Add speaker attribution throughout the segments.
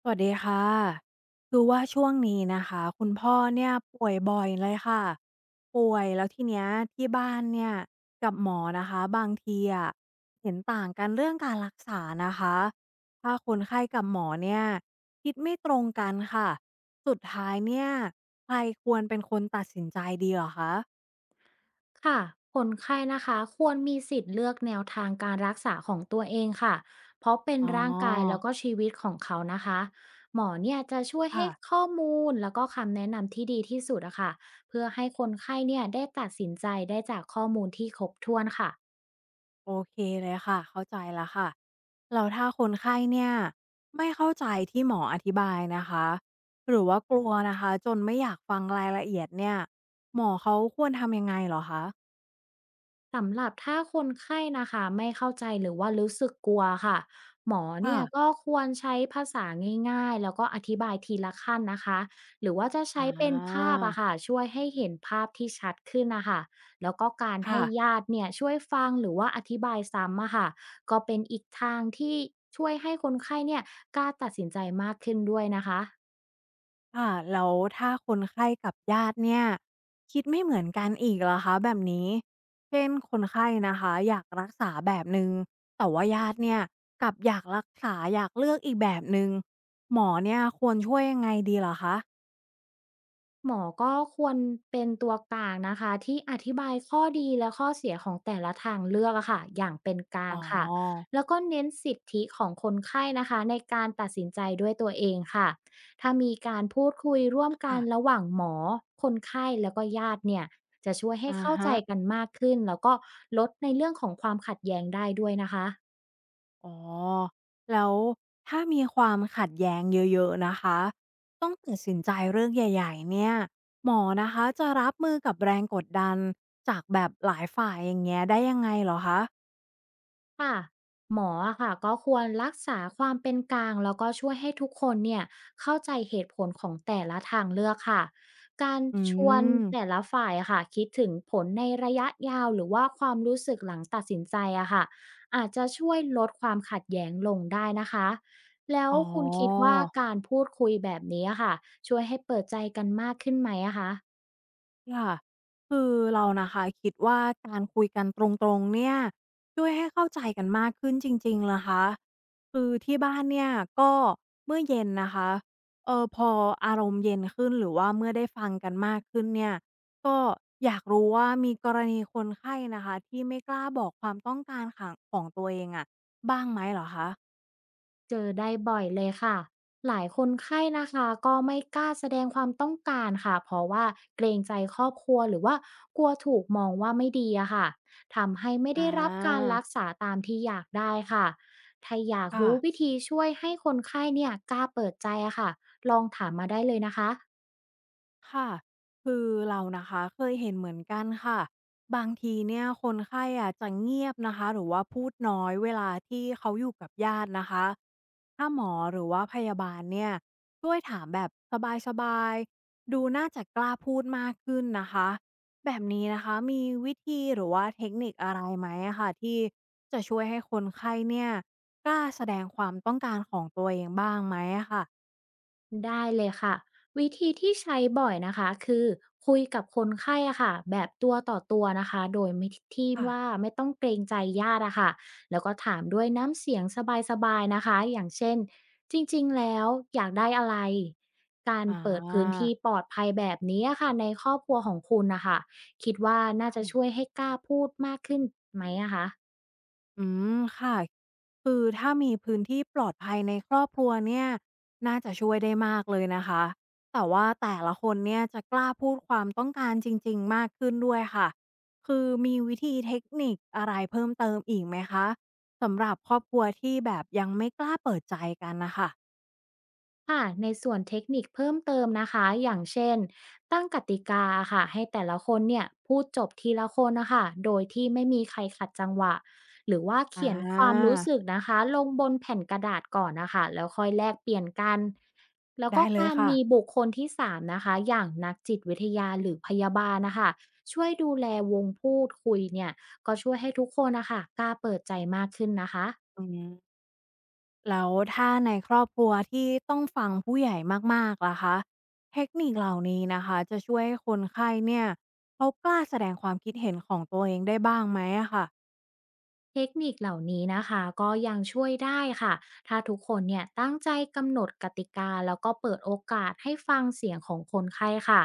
Speaker 1: สวัสดีค่ะคือว่าช่วงนี้นะคะคุณพ่อเนี่ยป่วยบ่อยเลยค่ะ ป่วยแล้วทีเนี้ยที่บ้านเนี่ยกับหมอนะคะบางทีอะเห็นต่างกันเรื่องการรักษานะคะถ้าคนไข้กับหมอเนี่ยคิดไม่ตรงกันค่ะสุดท้ายเนี่ยใครควรเป็นคนตัดสินใจดีเหรอคะ
Speaker 2: ค่ะคนไข้นะคะควรมีสิทธิ์เลือกแนวทางการรักษาของตัวเองค่ะเพราะเป็น
Speaker 1: อ๋
Speaker 2: ร่างกายแล้
Speaker 1: อ
Speaker 2: วก็ชีวิตของเขานะคะหมอเนี่ยจะช่วย
Speaker 1: ค่ะ
Speaker 2: ให้ข้อมูลแล้วก็คำแนะนำที่ดีที่สุดอะค่ะเพื่อให้คนไข้เนี่ยได้ตัดสินใจได้จากข้อมูลที่ครบถ้วนค่ะ
Speaker 1: โอเคเลยค่ะเข้าใจแล้วค่ะแล้วถ้าคนไข้เนี่ยไม่เข้าใจที่หมออธิบายนะคะหรือว่ากลัวนะคะจนไม่อยากฟังรายละเอียดเนี่ยหมอเขาควรทำยังไงเหรอคะ
Speaker 2: สำหรับถ้าคนไข้นะคะไม่เข้าใจหรือว่ารู้สึกกลัวค่ะหมอ
Speaker 1: ค่ะ
Speaker 2: เนี่ยก็ควรใช้ภาษาง่ายๆแล้วก็อธิบายทีละขั้นนะคะหรือว่าจะ
Speaker 1: อ่
Speaker 2: ใช้เป็นภา
Speaker 1: า
Speaker 2: พอะค่ะช่วยให้เห็นภาพที่ชัดขึ้นนะคะแล้วก็การ
Speaker 1: ค่ะ
Speaker 2: ให้ญาติเนี่ยช่วยฟังหรือว่าอธิบายซ้ำอะค่ะก็เป็นอีกทางที่ช่วยให้คนไข้เนี่ยกล้าตัดสินใจมากขึ้นด้วยนะคะ
Speaker 1: ค่ะแล้วถ้าคนไข้กับญาติเนี่ยคิดไม่เหมือนกันอีกเหรอคะแบบนี้เช่นคนไข้นะคะอยากรักษาแบบหนึง่งแต่ว่าญาติเนี่ยกลับอยากรักษาอยากเลือกอีกแบบหนึง่งหมอเนี่ยควรช่วยยังไงดีเหรอคะ
Speaker 2: หมอก็ควรเป็นตัวกลางนะคะที่อธิบายข้อดีและข้อเสียของแต่ละทางเลือกอะค่ะอย่างเป็นกลา
Speaker 1: อ๋
Speaker 2: งค่ะ
Speaker 1: อ
Speaker 2: แล้วก็เน้นสิทธิของคนไข้นะคะในการตัดสินใจด้วยตัวเองค่ะถ้ามีการพูดคุยร่วมกัน
Speaker 1: ค่ะ
Speaker 2: ระหว่างหมอคนไข้แล้วก็ญาติเนี่ยจะช่วยให้
Speaker 1: อะ
Speaker 2: เข้าใจ
Speaker 1: ฮะ
Speaker 2: กันมากขึ้นแล้วก็ลดในเรื่องของความขัดแย้งได้ด้วยนะคะ
Speaker 1: อ๋อ แล้วถ้ามีความขัดแย้งเยอะๆนะคะ ต้องตัดสินใจเรื่องใหญ่ๆเนี่ย หมอนะคะจะรับมือกับแรงกดดันจากแบบหลายฝ่ายอย่างเงี้ยได้ยังไงเหรอคะ
Speaker 2: ค่ะหมออะค่ะก็ควรรักษาความเป็นกลางแล้วก็ช่วยให้ทุกคนเนี่ยเข้าใจเหตุผลของแต่ละทางเลือกค่ะการ
Speaker 1: อื
Speaker 2: ชวนแต่
Speaker 1: ม
Speaker 2: ละฝ่ายอะค่ะคิดถึงผลในระยะยาวหรือว่าความรู้สึกหลังตัดสินใจอะค่ะอาจจะช่วยลดความขัดแย้งลงได้นะคะแล้ว
Speaker 1: อ๋อ
Speaker 2: คุณคิดว่าการพูดคุยแบบนี้อะค่ะช่วยให้เปิดใจกันมากขึ้นไหมอะคะ
Speaker 1: ค่ะคือเรานะคะคิดว่าการคุยกันตรงๆเนี่ยช่วยให้เข้าใจกันมากขึ้นจริงๆนะคะคือที่บ้านเนี่ยก็เมื่อเย็นนะคะเออพออารมณ์เย็นขึ้นหรือว่าเมื่อได้ฟังกันมากขึ้นเนี่ยก็อยากรู้ว่ามีกรณีคนไข้นะคะที่ไม่กล้าบอกความต้องการขังของตัวเองอะบ้างไหมเหรอคะ
Speaker 2: เจอได้บ่อยเลยค่ะหลายคนไข้นะคะก็ไม่กล้าแสดงความต้องการค่ะ เพราะว่าเกรงใจครอบครัวหรือว่ากลัวถูกมองว่าไม่ดีอะค่ะ ทำให้ไม่ได้
Speaker 1: อา
Speaker 2: รับการรักษาตามที่อยากได้ค่ะถ้าอยาก
Speaker 1: ค่ะ
Speaker 2: รู้วิธีช่วยให้คนไข้เนี่ยกล้าเปิดใจอะค่ะลองถามมาได้เลยนะคะ
Speaker 1: ค่ะคือเรานะคะเคยเห็นเหมือนกันค่ะบางทีเนี่ยคนไข้อะจะเงียบนะคะหรือว่าพูดน้อยเวลาที่เขาอยู่กับญาตินะคะถ้าหมอหรือว่าพยาบาลเนี่ยช่วยถามแบบสบายๆดูน่าจะกล้าพูดมากขึ้นนะคะแบบนี้นะคะมีวิธีหรือว่าเทคนิคอะไรไหมอะค่ะที่จะช่วยให้คนไข้เนี่ยกล้าแสดงความต้องการของตัวเองบ้างไหมอะค่ะ
Speaker 2: ได้เลยค่ะวิธีที่ใช้บ่อยนะคะคือคุยกับคนไข้อะค่ะแบบตัวต่อตัวนะคะโดยไม่ที่
Speaker 1: ค่ะ
Speaker 2: ว่าไม่ต้องเกรงใจญาติอะค่ะแล้วก็ถามด้วยน้ำเสียงสบายๆนะคะอย่างเช่นจริงๆแล้วอยากได้อะไรการ
Speaker 1: อ่า
Speaker 2: เปิดพื้นที่ปลอดภัยแบบนี้อะค่ะในครอบครัวของคุณนะคะคิดว่าน่าจะช่วยให้กล้าพูดมากขึ้นไหมอะคะ
Speaker 1: อืมค่ะคือถ้ามีพื้นที่ปลอดภัยในครอบครัวเนี่ยน่าจะช่วยได้มากเลยนะคะแต่ว่าแต่ละคนเนี่ยจะกล้าพูดความต้องการจริงๆมากขึ้นด้วยค่ะคือมีวิธีเทคนิคอะไรเพิ่มเติมอีกไหมคะสำหรับครอบครัวที่แบบยังไม่กล้าเปิดใจกันนะคะ
Speaker 2: ค่ะในส่วนเทคนิคเพิ่มเติมนะคะอย่างเช่นตั้งกติกาค่ะให้แต่ละคนเนี่ยพูดจบทีละคนนะคะโดยที่ไม่มีใครขัดจังหวะหรือว่า
Speaker 1: อ่
Speaker 2: เขียนความ
Speaker 1: า
Speaker 2: รู้สึกนะคะลงบนแผ่นกระดาษก่อนนะคะแล้วค่อยแลกเปลี่ยนกันแล้ว
Speaker 1: ได้
Speaker 2: ก็
Speaker 1: เลย
Speaker 2: การ
Speaker 1: ค่ะ
Speaker 2: มีบุคคลที่สามนะคะอย่างนักจิตวิทยาหรือพยาบาลนะคะช่วยดูแลวงพูดคุยเนี่ยก็ช่วยให้ทุกคนนะคะกล้าเปิดใจมากขึ้นนะคะ
Speaker 1: อืม แล้วถ้าในครอบครัวที่ต้องฟังผู้ใหญ่มากๆล่ะคะเทคนิคเหล่านี้นะคะจะช่วยให้คนไข้เนี่ยเขากล้าแสดงความคิดเห็นของตัวเองได้บ้างไหมอะค่ะ
Speaker 2: เทคนิคเหล่านี้นะคะก็ยังช่วยได้ค่ะถ้าทุกคนเนี่ยตั้งใจกำหนดกติกาแล้วก็เปิดโอกาสให้ฟังเสียงของคนไข้ค่ะ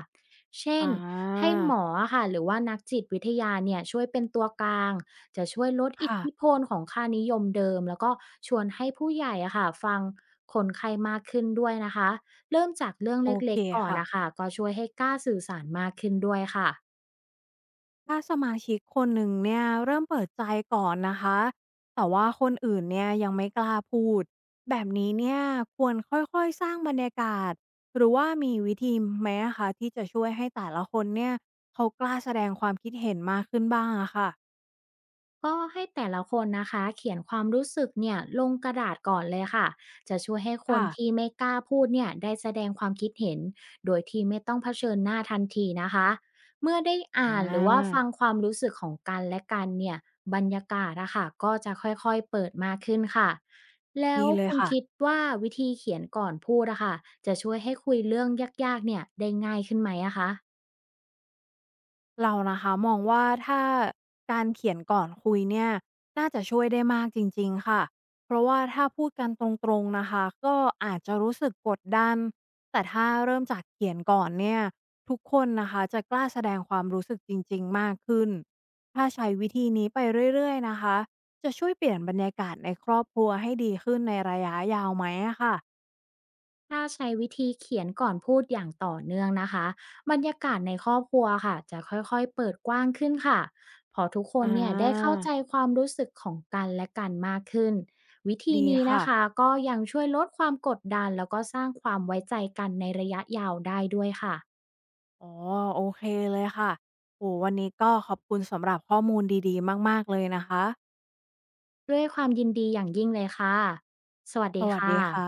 Speaker 2: เช่น
Speaker 1: อา
Speaker 2: ให้หมอค่ะหรือว่านักจิตวิทยาเนี่ยช่วยเป็นตัวกลางจะช่วยลดอิท
Speaker 1: ค่ะ
Speaker 2: ธิพลของค่านิยมเดิมแล้วก็ชวนให้ผู้ใหญ่อะค่ะฟังคนไข้มากขึ้นด้วยนะคะเริ่มจากเรื่อง
Speaker 1: โอ
Speaker 2: เ
Speaker 1: เค
Speaker 2: ล็กๆก่อน
Speaker 1: ค่ะ
Speaker 2: นะคะก็ช่วยให้กล้าสื่อสารมากขึ้นด้วยค่ะ
Speaker 1: ถ้าสมาชิกคนหนึ่งเนี่ยเริ่มเปิดใจก่อนนะคะ แต่ว่าคนอื่นเนี่ยยังไม่กล้าพูดแบบนี้เนี่ยควรค่อยๆสร้างบรรยากาศหรือว่ามีวิธีไหมอะคะที่จะช่วยให้แต่ละคนเนี่ยเขากล้าแสดงความคิดเห็นมากขึ้นบ้างอะค่ะ
Speaker 2: ก็ให้แต่ละคนนะคะเขียนความรู้สึกเนี่ยลงกระดาษก่อนเลยค่ะจะช่วยให้คน
Speaker 1: ค่ะ
Speaker 2: ที่ไม่กล้าพูดเนี่ยได้แสดงความคิดเห็นโดยที่ไม่ต้องเผชิญหน้าทันทีนะคะเมื่อได้อ่า
Speaker 1: อ่า
Speaker 2: นหรือว่าฟังความรู้สึกของกันและกันเนี่ยบรรยากาศอะค่ะก็จะค่อยๆเปิดมากขึ้นค่ะแล้ว
Speaker 1: ดีเลย
Speaker 2: คุณ
Speaker 1: ค่ะ
Speaker 2: คิดว่าวิธีเขียนก่อนพูดอะค่ะจะช่วยให้คุยเรื่องยากๆเนี่ยได้ง่ายขึ้นไหมอะคะ
Speaker 1: เรานะคะมองว่าถ้าการเขียนก่อนคุยเนี่ยน่าจะช่วยได้มากจริงๆค่ะเพราะว่าถ้าพูดกันตรงๆนะคะก็อาจจะรู้สึกกดดันแต่ถ้าเริ่มจากเขียนก่อนเนี่ยทุกคนนะคะจะกล้าแสดงความรู้สึกจริงๆมากขึ้นถ้าใช้วิธีนี้ไปเรื่อยๆนะคะจะช่วยเปลี่ยนบรรยากาศในครอบครัวให้ดีขึ้นในระยะยาวไหมอะค่ะ
Speaker 2: ถ้าใช้วิธีเขียนก่อนพูดอย่างต่อเนื่องนะคะบรรยากาศในครอบครัวค่ะจะค่อยๆเปิดกว้างขึ้นค่ะพอทุกค
Speaker 1: อ
Speaker 2: นเนี่ยได้เข้า
Speaker 1: า
Speaker 2: ใจความรู้สึกของกันและกันมากขึ้นวิธี
Speaker 1: ดี
Speaker 2: นี้
Speaker 1: ค่ะ
Speaker 2: นะคะก็ยังช่วยลดความกดดันแล้วก็สร้างความไว้ใจกันในระยะยาวได้ด้วยค่ะ
Speaker 1: อ๋อโอเคเลยค่ะโอ้วันนี้ก็ขอบคุณสำหรับข้อมูลดีๆมากๆเลยนะคะ
Speaker 2: ด้วยความยินดีอย่างยิ่งเลยค่ะสวัส
Speaker 1: ส
Speaker 2: ดี
Speaker 1: วัส
Speaker 2: ค่ะ
Speaker 1: ดีค่ะ